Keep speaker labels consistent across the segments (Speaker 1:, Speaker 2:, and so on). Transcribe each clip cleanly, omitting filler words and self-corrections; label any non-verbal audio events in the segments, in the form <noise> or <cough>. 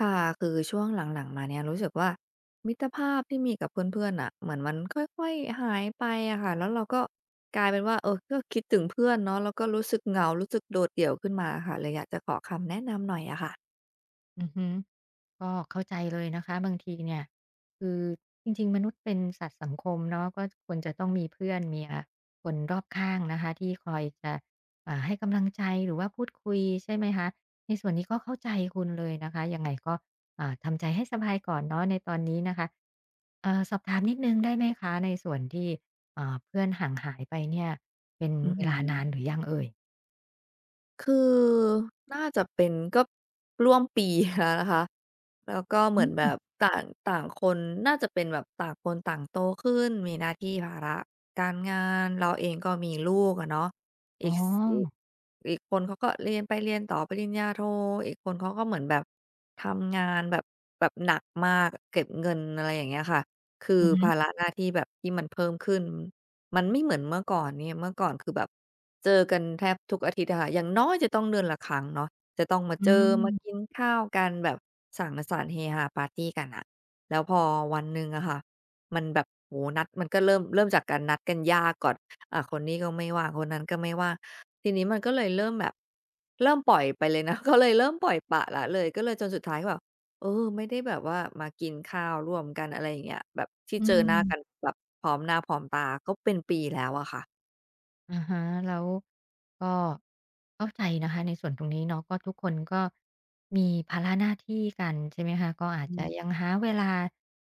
Speaker 1: ค่ะคือช่วงหลังๆมาเนี่ยรู้สึกว่ามิตรภาพที่มีกับเพื่อนๆน่ะเหมือนมันค่อยๆหายไปอะค่ะแล้วเราก็กลายเป็นว่าเออก็คิดถึงเพื่อนเนาะแล้วก็รู้สึกเหงารู้สึกโดดเดี่ยวขึ้นมาอะค่ะเลยอยากจะขอคำแนะนำหน่อยอะค่ะ
Speaker 2: อือฮึก็เข้าใจเลยนะคะบางทีเนี่ยคือจริงๆมนุษย์เป็นสัตว์สังคมเนาะก็ควรจะต้องมีเพื่อนมีอ่ะคนรอบข้างนะคะที่คอยจะให้กำลังใจหรือว่าพูดคุยใช่ไหมคะในส่วนนี้ก็เข้าใจคุณเลยนะคะยังไงก็ทำใจให้สบายก่อนเนาะในตอนนี้นะคะสอบถามนิดนึงได้ไหมคะในส่วนที่เพื่อนห่างหายไปเนี่ยเป็น
Speaker 1: อือ
Speaker 2: เว
Speaker 1: ฮึ
Speaker 2: ลานานหรือยังเอ่ย
Speaker 1: คือน่าจะเป็นก็ร่วมปี <laughs> แล้วนะคะแล้วก็เหมื
Speaker 2: อื
Speaker 1: อนแบ
Speaker 2: อ
Speaker 1: บต่างต่างคนน่าจะเป็นแบบต่างคนต่างโตขึ้นมีหน้าที่ภาระการงานเราเองก็มีลูกอะเนาะ
Speaker 2: อ๋
Speaker 1: อี
Speaker 2: อ
Speaker 1: กสอีกอีกคนเขาก็เรียนไปเรียนต่อปริญญาโทอีกคนเขาก็เหมือนแบบทำงานแบบหนักมากเก็บเงินอะไรอย่างเงี้ยค่ะคือ
Speaker 2: อือฮึ
Speaker 1: ภาระหน้าที่แบบที่มันเพิ่มขึ้น มันไม่เหมือนเมื่อก่อนเนี่ยเมื่อก่อนคือแบบเจอกันแทบทุกอาทิตย์อะค่ะอย่างน้อยจะต้องเดือนละครั้งเนาะจะต้องมา
Speaker 2: อื
Speaker 1: เจอมากิน
Speaker 2: ม
Speaker 1: ข้าวกันแบบสังสรรค์เฮฮาปาร์ตีกันอะแล้วพอวันหนึ่งอะค่ะมันแบบโอ้โฮนัดมันก็เริ่มจากการนัดกันยากก่อนคนนี้ก็ไม่ว่างคนนั้นก็ไม่ว่างทีนี้มันก็เลยเริ่มแบบเริ่มปล่อยไปเลยนะ <laughs> ก็เลยเริ่มปล่อยปละละเลยก็เลยจนสุดท้ายก็แบบ เออไม่ได้แบบว่ามากินข้าวร่วมกันอะไรอย่างเงี้ยแบบที่
Speaker 2: อื
Speaker 1: เจอหน้ากัน
Speaker 2: ม
Speaker 1: แบบพร้อมหน้าพร้อมตาก็เป็นปีแล้วอะค่ะ
Speaker 2: อะฮะแล้วก็เข้าใจนะคะในส่วนตรงนี้เนาะก็ทุกคนก็มีภาระหน้าที่กันใช่ไหมคะก็อาจ
Speaker 1: อื
Speaker 2: จะยั
Speaker 1: ม
Speaker 2: งหาเวลา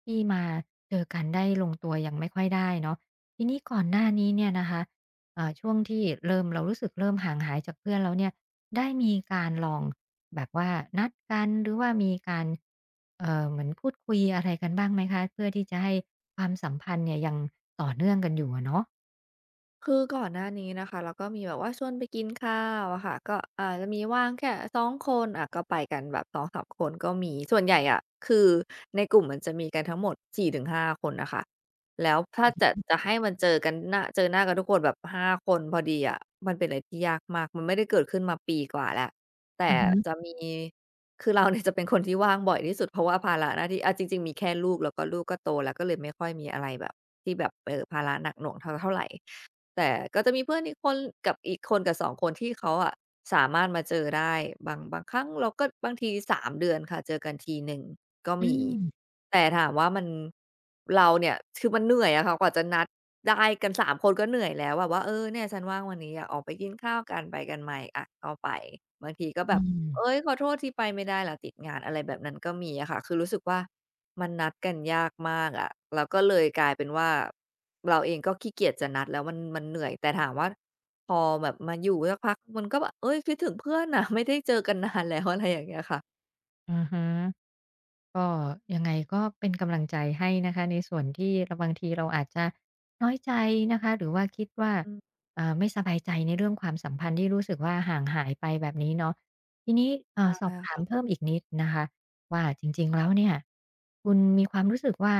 Speaker 2: ที่มาเจอกันได้ลงตัวยังไม่ค่อยได้เนาะทีนี้ก่อนหน้านี้เนี่ยนะคะช่วงที่เริ่มเรารู้สึกเริ่มห่างหายจากเพื่อนแล้วเนี่ยได้มีการลองแบบว่านัดกันหรือว่ามีการเหมือนพูดคุยอะไรกันบ้างไหมคะเพื่อที่จะให้ความสัมพันธ์เนี่ยยังต่อเนื่องกันอยู่อะเนาะ
Speaker 1: คือก่อนหน้านี้นะคะเราก็มีแบบว่าชวนไปกินข้าวอะค่ะก็อาจจะมีว่างแค่สองคนอะก็ไปกันแบบสองสามคนก็มีส่วนใหญ่อ่ะคือในกลุ่มมันจะมีกันทั้งหมด4-5คนนะคะแล้วถ้าจะให้มันเจอกันหน้าเจอหน้ากันทุกคนแบบ5คนพอดีอะมันเป็นอะไรที่ยากมากมันไม่ได้เกิดขึ้นมาปีกว่าแล้วแต่
Speaker 2: อือฮึ
Speaker 1: จะมีคือเราเนี่ยจะเป็นคนที่ว่างบ่อยที่สุดเพราะว่าภาระหน้าที่อะจริงๆมีแค่ลูกแล้วก็ลูกก็โตแล้วก็เลยไม่ค่อยมีอะไรแบบที่แบบเออภาระหนักหน่วงเท่าไหร แต่ก็จะมีเพื่อนอีกคนกับอีกคนกับสองคนที่เขาอะสามารถมาเจอได้บางครั้งเราก็บางที3เดือนค่ะเจอกันทีหนึ่งก็
Speaker 2: อื
Speaker 1: มี
Speaker 2: ม
Speaker 1: แต่ถามว่ามันเราเนี่ยคือมันเหนื่อยอะค่ะกว่าจะนัดได้กันสามคนก็เหนื่อยแล้วอะว่าเออเนี่ยฉันว่างวันนี้อะออกไปกินข้าวกันไปกันไหมอะก็ไปบางทีก็แบ
Speaker 2: อื
Speaker 1: บเฮ้ย
Speaker 2: ม
Speaker 1: ขอโทษที่ไปไม่ได้ล่ะติดงานอะไรแบบนั้นก็มีอะค่ะคือรู้สึกว่ามันนัดกันยากมากอะแล้วก็เลยกลายเป็นว่า เราเองก็ขี้เกียจจะนัดแล้วมันเหนื่อยแต่ถามว่าพอแบบมาอยู่สักพักมันก็แบบเฮ้ยคิดถึงเพื่อนน่ะไม่ได้เจอกันนานแล้วอะไรอย่างเงี้ยค่ะ
Speaker 2: อะฮะ ก็ยังไงก็เป็นกำลังใจให้นะคะในส่วนที่เราบางทีเราอาจจะน้อยใจนะคะหรือว่าคิดว่า
Speaker 1: อืม
Speaker 2: ไม่สบายใจในเรื่องความสัมพันธ์ที่รู้สึกว่าห่างหายไปแบบนี้เนาะทีนี้
Speaker 1: ใช
Speaker 2: สอบถาม
Speaker 1: ่
Speaker 2: เพิ่มอีกนิดนะคะว่าจริงๆแล้วเนี่ยคุณมีความรู้สึกว่า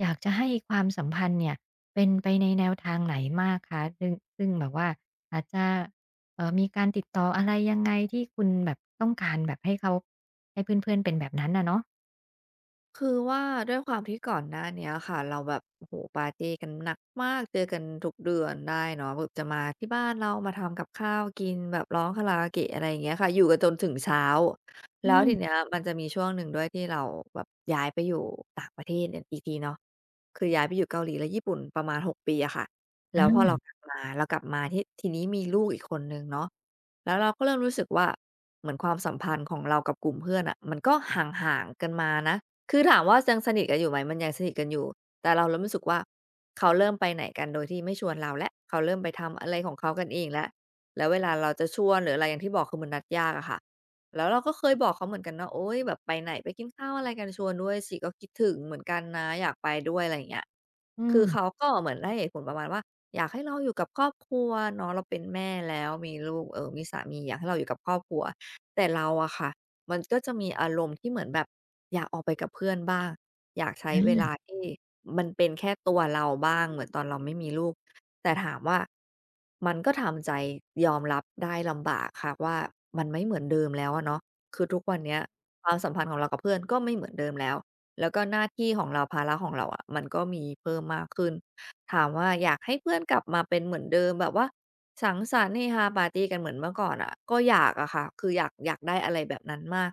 Speaker 2: อยากจะให้ความสัมพันธ์เนี่ยเป็นไปในแนวทางไหนมากคะซึ่งแบบว่าอาจจะมีการติดต่ออะไรยังไงที่คุณแบบต้องการแบบให้เขาให้เพื่อนๆเป็นแบบนั้นนะเนาะ
Speaker 1: คือว่าด้วยความที่ก่อนหน้าเนี้ยค่ะเราแบบโอ้โฮปาร์ตีกันหนักมากเจอกันทุกเดือนได้เนาะแบบจะมาที่บ้านเรามาทำกับข้าวกินแบบร้องคาราโอเกะอะไรอย่างเงี้ยค่ะอยู่กันจนถึงเช้า
Speaker 2: อื
Speaker 1: แล้วทีเนี้ย
Speaker 2: ม
Speaker 1: มันจะมีช่วงหนึ่งด้วยที่เราแบบย้ายไปอยู่ต่างประเทศเนี่ยอีกทีเนาะคือย้ายไปอยู่เกาหลีและญี่ปุ่นประมาณ6ปีอะค่ะแล้วพอ
Speaker 2: อา
Speaker 1: เรากลับมาเรากลับมาที่ทีนี้มีลูกอีกคนหนึ่งเนาะแล้วเราก็เริ่มรู้สึกว่าเหมือนความสัมพันธ์ของเรากับกลุ่มเพื่อนอะมันก็ห่างๆกันมานะ คือถามว่ายังสนิทกันอยู่ไหมมันยังสนิทกันอยู่แต่เราเริ่มรู้สึกว่าเขาเริ่มไปไหนกันโดยที่ไม่ชวนเราแล้วเขาเริ่มไปทำอะไรของเขากันเองแล้วแล้วเวลาเราจะชวนหรืออะไรอย่างที่บอกคือมันนัดยากอะค่ะแล้วเราก็เคยบอกเขาเหมือนกันนะโอ๊ยแบบไปไหนไปกินข้าวอะไรกันชวนด้วยสิก็คิดถึงเหมือนกันนะอยากไปด้วยอะไรอย่างเงี้ย
Speaker 2: อื
Speaker 1: คื
Speaker 2: ม
Speaker 1: อเขาก็เหมือนให้เหตุผลประมาณว่าอยากให้เราอยู่กับครอบครัวเนาะเราเป็นแม่แล้วมีลูกมีสามีอยากให้เราอยู่กับครอบครัวแต่เราอะค่ะ มันก็จะมีอารมณ์ที่เหมือนแบบอยากออกไปกับเพื่อนบ้างอยากใช้
Speaker 2: อ
Speaker 1: เว
Speaker 2: า
Speaker 1: ลาที่มันเป็นแค่ตัวเราบ้างเหมือนตอนเราไม่มีลูกแต่ถามว่ามันก็ทำใจยอมรับได้ลำบากค่ะว่ามันไม่เหมือนเดิมแล้วอะเนาะคือทุกวันเนี้ยความสัมพันธ์ของเรากับเพื่อนก็ไม่เหมือนเดิมแล้วแล้วก็หน้าที่ของเราภาระของเราอะมันก็มีเพิ่มมากขึ้น ถามว่าอยากให้เพื่อนกลับมาเป็นเหมือนเดิมแบบว่าสังสรรค์เฮฮาปาร์ตีกันเหมือนเมื่อก่อนอะก็อยากอะค่ะคืออยากได้อะไรแบบนั้นมาก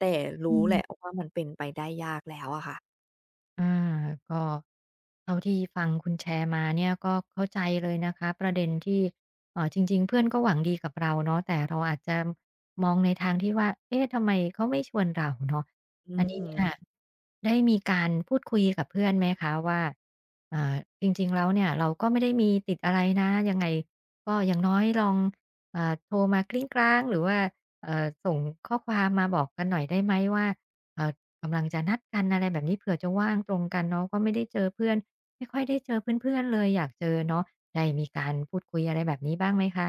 Speaker 1: แต่
Speaker 2: อื
Speaker 1: รู้แหละ
Speaker 2: ม
Speaker 1: ว่ามันเป็นไปได้ยากแล้วอะค่ะ
Speaker 2: อาก็เท่าที่ฟังคุณแชร์มาเนี่ยก็เข้าใจเลยนะคะประเด็นที่จริงๆเพื่อนก็หวังดีกับเราเนาะแต่เราอาจจะมองในทางที่ว่าเอ๊ะทำไมเขาไม่ชวนเราเนาะ
Speaker 1: อื
Speaker 2: อั
Speaker 1: อ
Speaker 2: นนี้
Speaker 1: ฮึ
Speaker 2: เนี่ยได้มีการพูดคุยกับเพื่อนไหมคะว่าอ่าจริงๆแล้วเนี่ยเราก็ไม่ได้มีติดอะไรนะยังไงก็อย่างน้อยลองโทรมากริ้งกร้างหรือว่าส่งข้อความมาบอกกันหน่อยได้ไหมว่า กำลังจะนัดกันอะไรแบบนี้เผื่อจะว่างตรงกันเนาะก็ไม่ได้เจอเพื่อนไม่ค่อยได้เจอเพื่อนๆเลยอยากเจอเนาะได้มีการพูดคุยอะไรแบบนี้บ้างไหมคะ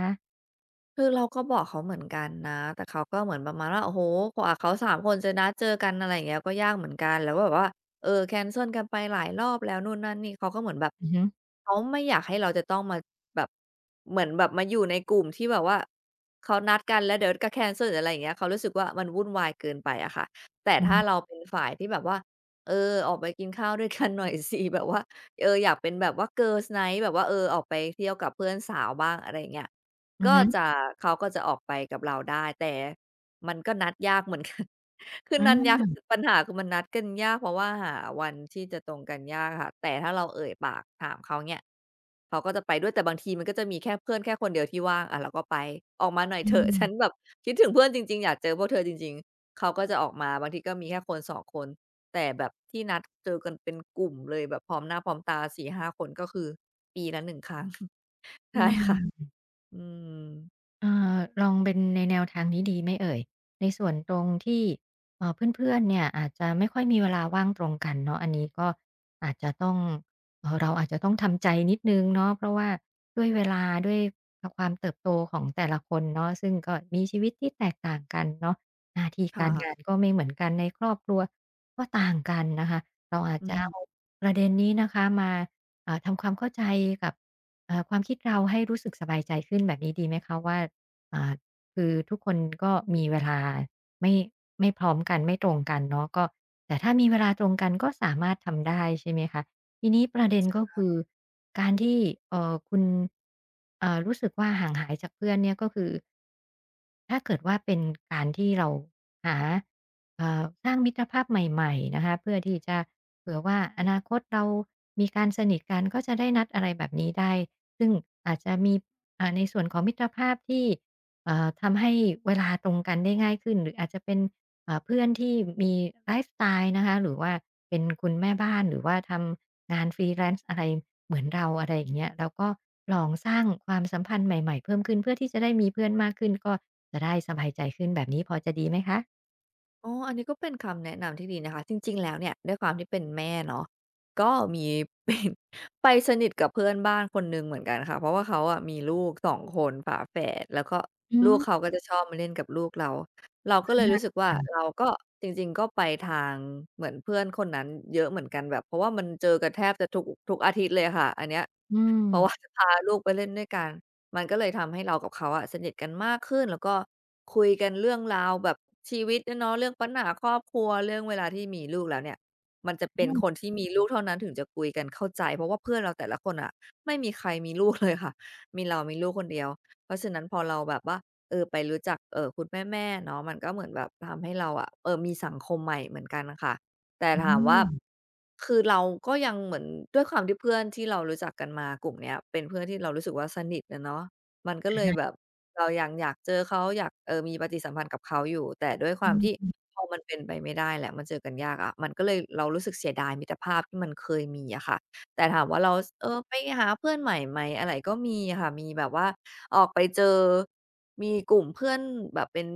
Speaker 1: คือเราก็บอกเขาเหมือนกันนะแต่เขาก็เหมือนประมาณว่าโอ้โฮกว่าเขา3คนจะนัดเจอกันอะไรอย่างเงี้ยก็ยากเหมือนกันแล้วก็แบบว่าเออแคนเซิลกันไปหลายรอบแล้วนู่นนั่นนี่เขาก็เหมือนแบบ
Speaker 2: อือฮึ
Speaker 1: เขาไม่อยากให้เราจะต้องมาแบบเหมือนแบบมาอยู่ในกลุ่มที่แบบว่าเขานัดกันแล้วเดี๋ยวก็แคนเซิลหรืออะไรอย่างเงี้ยเขารู้สึกว่ามันวุ่นวายเกินไปอะค่ะแต่
Speaker 2: อื
Speaker 1: ถ้า
Speaker 2: ม
Speaker 1: เราเป็นฝ่ายที่แบบว่าเออออกไปกินข้าวด้วยกันหน่อยสิ <laughs> แบบว่าเอออยากเป็นแบบว่า Girls' Night แบบว่าเออออกไปเที่ยวกับเพื่อนสาวบ้างอะไรอย่างเงี้ย
Speaker 2: อือ
Speaker 1: ก็
Speaker 2: ฮึ
Speaker 1: จะเขาก็จะออกไปกับเราได้แต่มันก็นัดยากเหมือนกัน <laughs> คือนัดยัก
Speaker 2: อา
Speaker 1: ปัญหาคือมันนัดกันยากเพราะว่าหาวันที่จะตรงกันยากค่ะแต่ถ้าเราเอ่ยปากถามเขาเนี่ยเขาก็จะไปด้วยแต่บางทีมันก็จะมีแค่เพื่อนแค่คนเดียวที่ว่างอะเราก็ไปออกมาหน่อย
Speaker 2: อื
Speaker 1: เถอะ
Speaker 2: ม
Speaker 1: <laughs> ฉันแบบคิดถึงเพื่อนจริงๆอยากเจอพวกเธอจริงๆเขาก็จะออกมาบางทีก็มีแค่คนสองคนแต่แบบที่นัดเจอกันเป็นกลุ่มเลยแบบพร้อมหน้าพร้อมตาสี่ห้าคนก็คือปีละหนึ่งครั้ง <laughs>
Speaker 2: อื
Speaker 1: ใช่ค่ะ
Speaker 2: ม
Speaker 1: อืม
Speaker 2: ลองเป็นในแนวทางนี้ดีไหมเอ่ยในส่วนตรงที่เพื่อนๆเนี่ยอาจจะไม่ค่อยมีเวลาว่างตรงกันเนาะอันนี้ก็อาจจะต้องเราอาจจะต้องทำใจนิดนึงเนาะเพราะว่าด้วยเวลาด้วยความเติบโตของแต่ละคนเนาะซึ่งก็มีชีวิตที่แตกต่างกันเนาะหน้าที่การงาน
Speaker 1: ค่ะ
Speaker 2: ก็ไม่เหมือนกันในครอบครัวก็ต่างกันนะคะเราอาจ
Speaker 1: อื
Speaker 2: จะเอา
Speaker 1: ม
Speaker 2: ประเด็นนี้นะคะมาทำความเข้าใจกับความคิดเราให้รู้สึกสบายใจขึ้นแบบนี้ดีไหมคะว่า อ่าคือทุกคนก็มีเวลาไม่ไม่พร้อมกันไม่ตรงกันเนาะก็แต่ถ้ามีเวลาตรงกันก็สามารถทำได้ใช่ไหมคะทีนี้ประเด็นก็คือการที่คุณรู้สึกว่าห่างหายจากเพื่อนเนี่ยก็คือ ถ้าเกิดว่าเป็นการที่เราหาสร้างมิตรภาพใหม่ๆนะคะเพื่อที่จะเผื่อว่าอนาคตเรามีการสนิทกันก็จะได้นัดอะไรแบบนี้ได้ซึ่งอาจจะมีในส่วนของมิตรภาพที่ทำให้เวลาตรงกันได้ง่ายขึ้นหรืออาจจะเป็นเพื่อนที่มีไลฟ์สไตล์นะคะหรือว่าเป็นคุณแม่บ้านหรือว่าทำงาน freelance อะไรเหมือนเราอะไรอย่างเงี้ยแล้วก็ลองสร้างความสัมพันธ์ใหม่ๆเพิ่มขึ้นเพื่อที่จะได้มีเพื่อนมากขึ้นก็ จะได้สบายใจขึ้นแบบนี้พอจะดีไหมคะ
Speaker 1: อ๋ออันนี้ก็เป็นคำแนะนำที่ดีนะคะจริงๆแล้วเนี่ยด้วยความที่เป็นแม่เนาะก็มี <laughs> เป็นไปสนิทกับเพื่อนบ้านคนหนึ่งเหมือนกันค่ะเพราะว่าเขาอะมีลูกสองคนฝาแฝดแล้วก็
Speaker 2: อื
Speaker 1: ลู
Speaker 2: ม
Speaker 1: กเขาก็จะชอบมาเล่นกับลูกเราเรา
Speaker 2: อา
Speaker 1: ก็เลยรู้สึกว่า
Speaker 2: ค่ะ
Speaker 1: เราก็จริงๆก็ไปทางเหมือนเพื่อนคนนั้นเยอะเหมือนกันแบบเพราะว่ามันเจอกันแทบจะทุกอาทิตย์เลยค่ะอันเนี้ย
Speaker 2: อืม
Speaker 1: เพราะว่าจะพาลูกไปเล่นด้วยกัน มันก็เลยทำให้เรากับเขาอะสนิทกันมากขึ้นแล้วก็คุยกันเรื่องราวแบบชีวิตอะเนาะเรื่องปัญหาครอบครัวเรื่องเวลาที่มีลูกแล้วเนี่ยมันจะเป็
Speaker 2: อื
Speaker 1: นคน
Speaker 2: ม
Speaker 1: ที่มีลูกเท่านั้นถึงจะคุยกันเข้าใจเพราะว่าเพื่อนเราแต่ละคนอะไม่มีใครมีลูกเลยค่ะ <laughs> มีเรามีลูกคนเดียวเพราะฉะนั้นพอเราแบบว่าเออไปรู้จักคุณแม่ๆเนาะมันก็เหมือนแบบทำให้เราอะเออมีสังคมใหม่เหมือนกันค่ะ แต่
Speaker 2: อื
Speaker 1: ถามว่า
Speaker 2: ม
Speaker 1: คือเราก็ยังเหมือนด้วยความที่เพื่อนที่เรารู้จักกันมากลุ่มเนี้ยเป็นเพื่อนที่เรารู้สึกว่าสนิทอะเนาะมันก็เลยแบบเรายังอยากเจอเขาอยากเออมีปฏิสัมพันธ์กับเขาอยู่แต่ด้วยความ
Speaker 2: อื
Speaker 1: ที่
Speaker 2: ม
Speaker 1: พอมันเป็นไปไม่ได้แหละมันเจอกันยากอะมันก็เลยเรารู้สึกเสียดายมิตรภาพที่มันเคยมีอะค่ะแต่ถามว่าเราสเออไปหาเพื่อนใหม่ไหมอะไรก็มีอะค่ะมีแบบว่าออกไปเจอมีกลุ่มเพื่อนแบบเป็น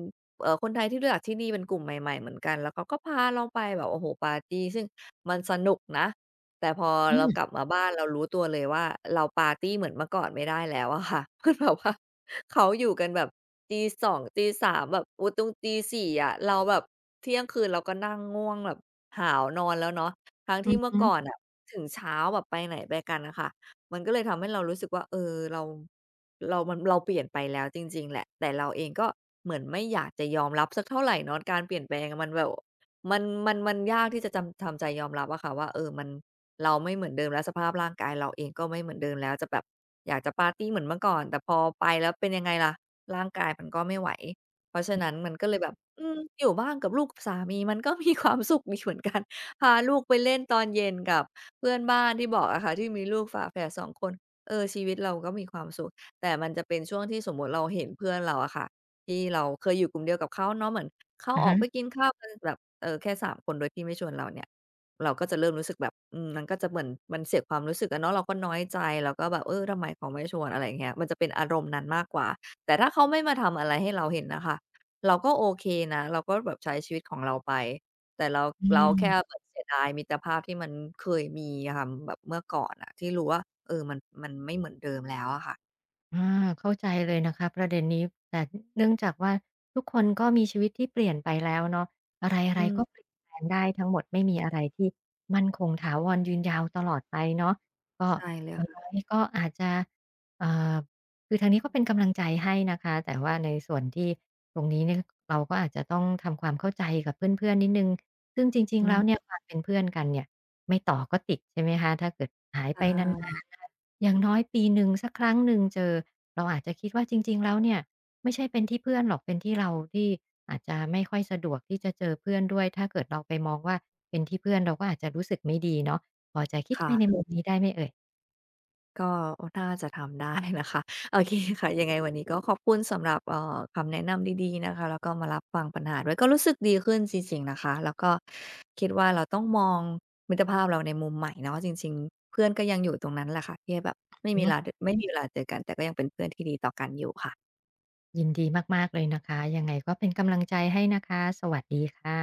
Speaker 1: คนไทยที่รู้จักที่นี่เป็นกลุ่มใหม่ๆเหมือนกันแล้วเขาก็พาเราไปแบบโอ้โฮปาร์ตีซึ่งมันสนุกนะ แต่พอ
Speaker 2: อื
Speaker 1: เรากลั
Speaker 2: ม
Speaker 1: บมาบ้านเรารู้ตัวเลยว่าเราปาร์ตีเหมือนเมื่อก่อนไม่ได้แล้วอะค่ะ <laughs> คือแบบว่าเขาอยู่กันแบบตีสองตีสามแบบโอ้ตรง4 0อะเราแบบเที่ยงคืนเราก็นั่งง่วงแบบหาวนอนแล้วเนาะทั้ง
Speaker 2: อื
Speaker 1: ที่
Speaker 2: อ
Speaker 1: เมื่อ
Speaker 2: ฮึ
Speaker 1: ก่อนน่ะถึงเช้าแบบไปไหนไปกันน่ะค่ะมันก็เลยทำให้เรารู้สึกว่าเออเรา เราเปลี่ยนไปแล้วจริงๆแหละแต่เราเองก็เหมือนไม่อยากจะยอมรับสักเท่าไรเนาะการเปลี่ยนแปลงอะมันแบบมันยากที่จะจำทำใจยอมรับอะค่ะว่าเออมันเราไม่เหมือนเดิมแล้วสภาพร่างกายเราเองก็ไม่เหมือนเดิมแล้วจะแบบอยากจะปาร์ตีเหมือนเมื่อก่อนแต่พอไปแล้วเป็นยังไงล่ะร่างกายมันก็ไม่ไหวเพราะฉะนั้นมันก็เลยแบบอืมอยู่บ้านกับลูกกับสามี <laughs> มันก็มีความสุขดีเหมือนกันพาลูกไปเล่นตอนเย็นกับเพื่อนบ้านที่บอกอะค่ะที่มีลูกฝาแฝดสองคนเออชีวิตเราก็มีความสุข แต่มันจะเป็นช่วงที่สมมุติเราเห็นเพื่อนเราอะค่ะที่เราเคยอยู่กลุ่มเดียวกับเขาเนาะเหมือนเขา
Speaker 2: อะ
Speaker 1: ออก
Speaker 2: ฮะ
Speaker 1: ไปกินข้าวกันแบบเออแค่3คนโดยที่ไม่ชวนเราเนี่ยเราก็จะเริ่มรู้สึกแบบอืมมันก็จะเหมือนมันเสียความรู้สึกอะเนาะเราก็น้อยใจเราก็แบบเออทำไมเขาไม่ชวนอะไรอย่างเงี้ยมันจะเป็นอารมณ์นั้นมากกว่าแต่ถ้าเขาไม่มาทำอะไรให้เราเห็นน่ะค่ะเราก็โอเคนะเราก็แบบใช้ชีวิตของเราไปแต่เรา
Speaker 2: อื
Speaker 1: เรา
Speaker 2: ม
Speaker 1: แค่แบบเสียดายมิตรภาพที่มันเคยมีอะค่ะแบบเมื่อก่อนอะที่รู้ว่าเออมันไม่เหมือนเดิมแล้วอะค่ะ
Speaker 2: อาเข้าใจเลยนะคะประเด็นนี้แต่เนื่องจากว่าทุกคนก็มีชีวิตที่เปลี่ยนไปแล้วเนาะอะไร
Speaker 1: อื
Speaker 2: ๆก็เป
Speaker 1: ม
Speaker 2: ลี่ยนแปลงได้ทั้งหมดไม่มีอะไรที่มั่นคงถาวรยืนยาวตลอดไปเนาะก็
Speaker 1: ใช่เลย
Speaker 2: อย่างน้อ
Speaker 1: ค่ะ
Speaker 2: ยก็อาจจะเอ่อ คือทางนี้ก็เป็นกำลังใจให้นะคะแต่ว่าในส่วนที่ตรงนี้เนี่ยเราก็อาจจะต้องทำความเข้าใจกับเพื่อนๆนิดหนึ่งซึ่งจริง
Speaker 1: อื
Speaker 2: ๆแล้
Speaker 1: ม
Speaker 2: วเนี่ยความเป็นเพื่อนกันเนี่ยไม่ต่อก็ติดใช่ไหมคะถ้าเกิดหาย
Speaker 1: ใช
Speaker 2: ไปนา
Speaker 1: ่
Speaker 2: นๆนะคะอย่างน้อยปีหนึ่งสักครั้งหนึ่งเจอเราอาจจะคิดว่าจริงๆแล้วเนี่ยไม่ใช่เป็นที่เพื่อนหรอกเป็นที่เราที่อาจจะไม่ค่อยสะดวกที่จะเจอเพื่อนด้วยถ้าเกิดเราไปมองว่าเป็นที่เพื่อนเราก็อาจจะรู้สึกไม่ดีเนาะพอจะคิดไปใน
Speaker 1: ค่ะ
Speaker 2: มุมนี้ได้ไหมเอ่ย
Speaker 1: ก็น่าจะทำได้นะคะ <laughs> โอเคค่ะยังไงวันนี้ก็ขอบคุณสำหรับคำแนะนำดีๆนะคะแล้วก็มารับฟังปัญหาด้วยก็รู้สึกดีขึ้นจริงๆนะคะแล้วก็คิดว่าเราต้องมองมิตรภาพเราในมุมใหม่เนาะจริงๆเพื่อนก็ยังอยู่ตรงนั้นแหละค่ะที่แบบไม่
Speaker 2: อือ
Speaker 1: มี
Speaker 2: ฮึ
Speaker 1: ลาดไม่มีเวลาเจอกันแต่ก็ยังเป็นเพื่อนที่ดีต่อกันอยู่ค่ะ
Speaker 2: ยินดีมากๆเลยนะคะ ยังไงก็เป็นกำลังใจให้นะคะ สวัสดีค่ะ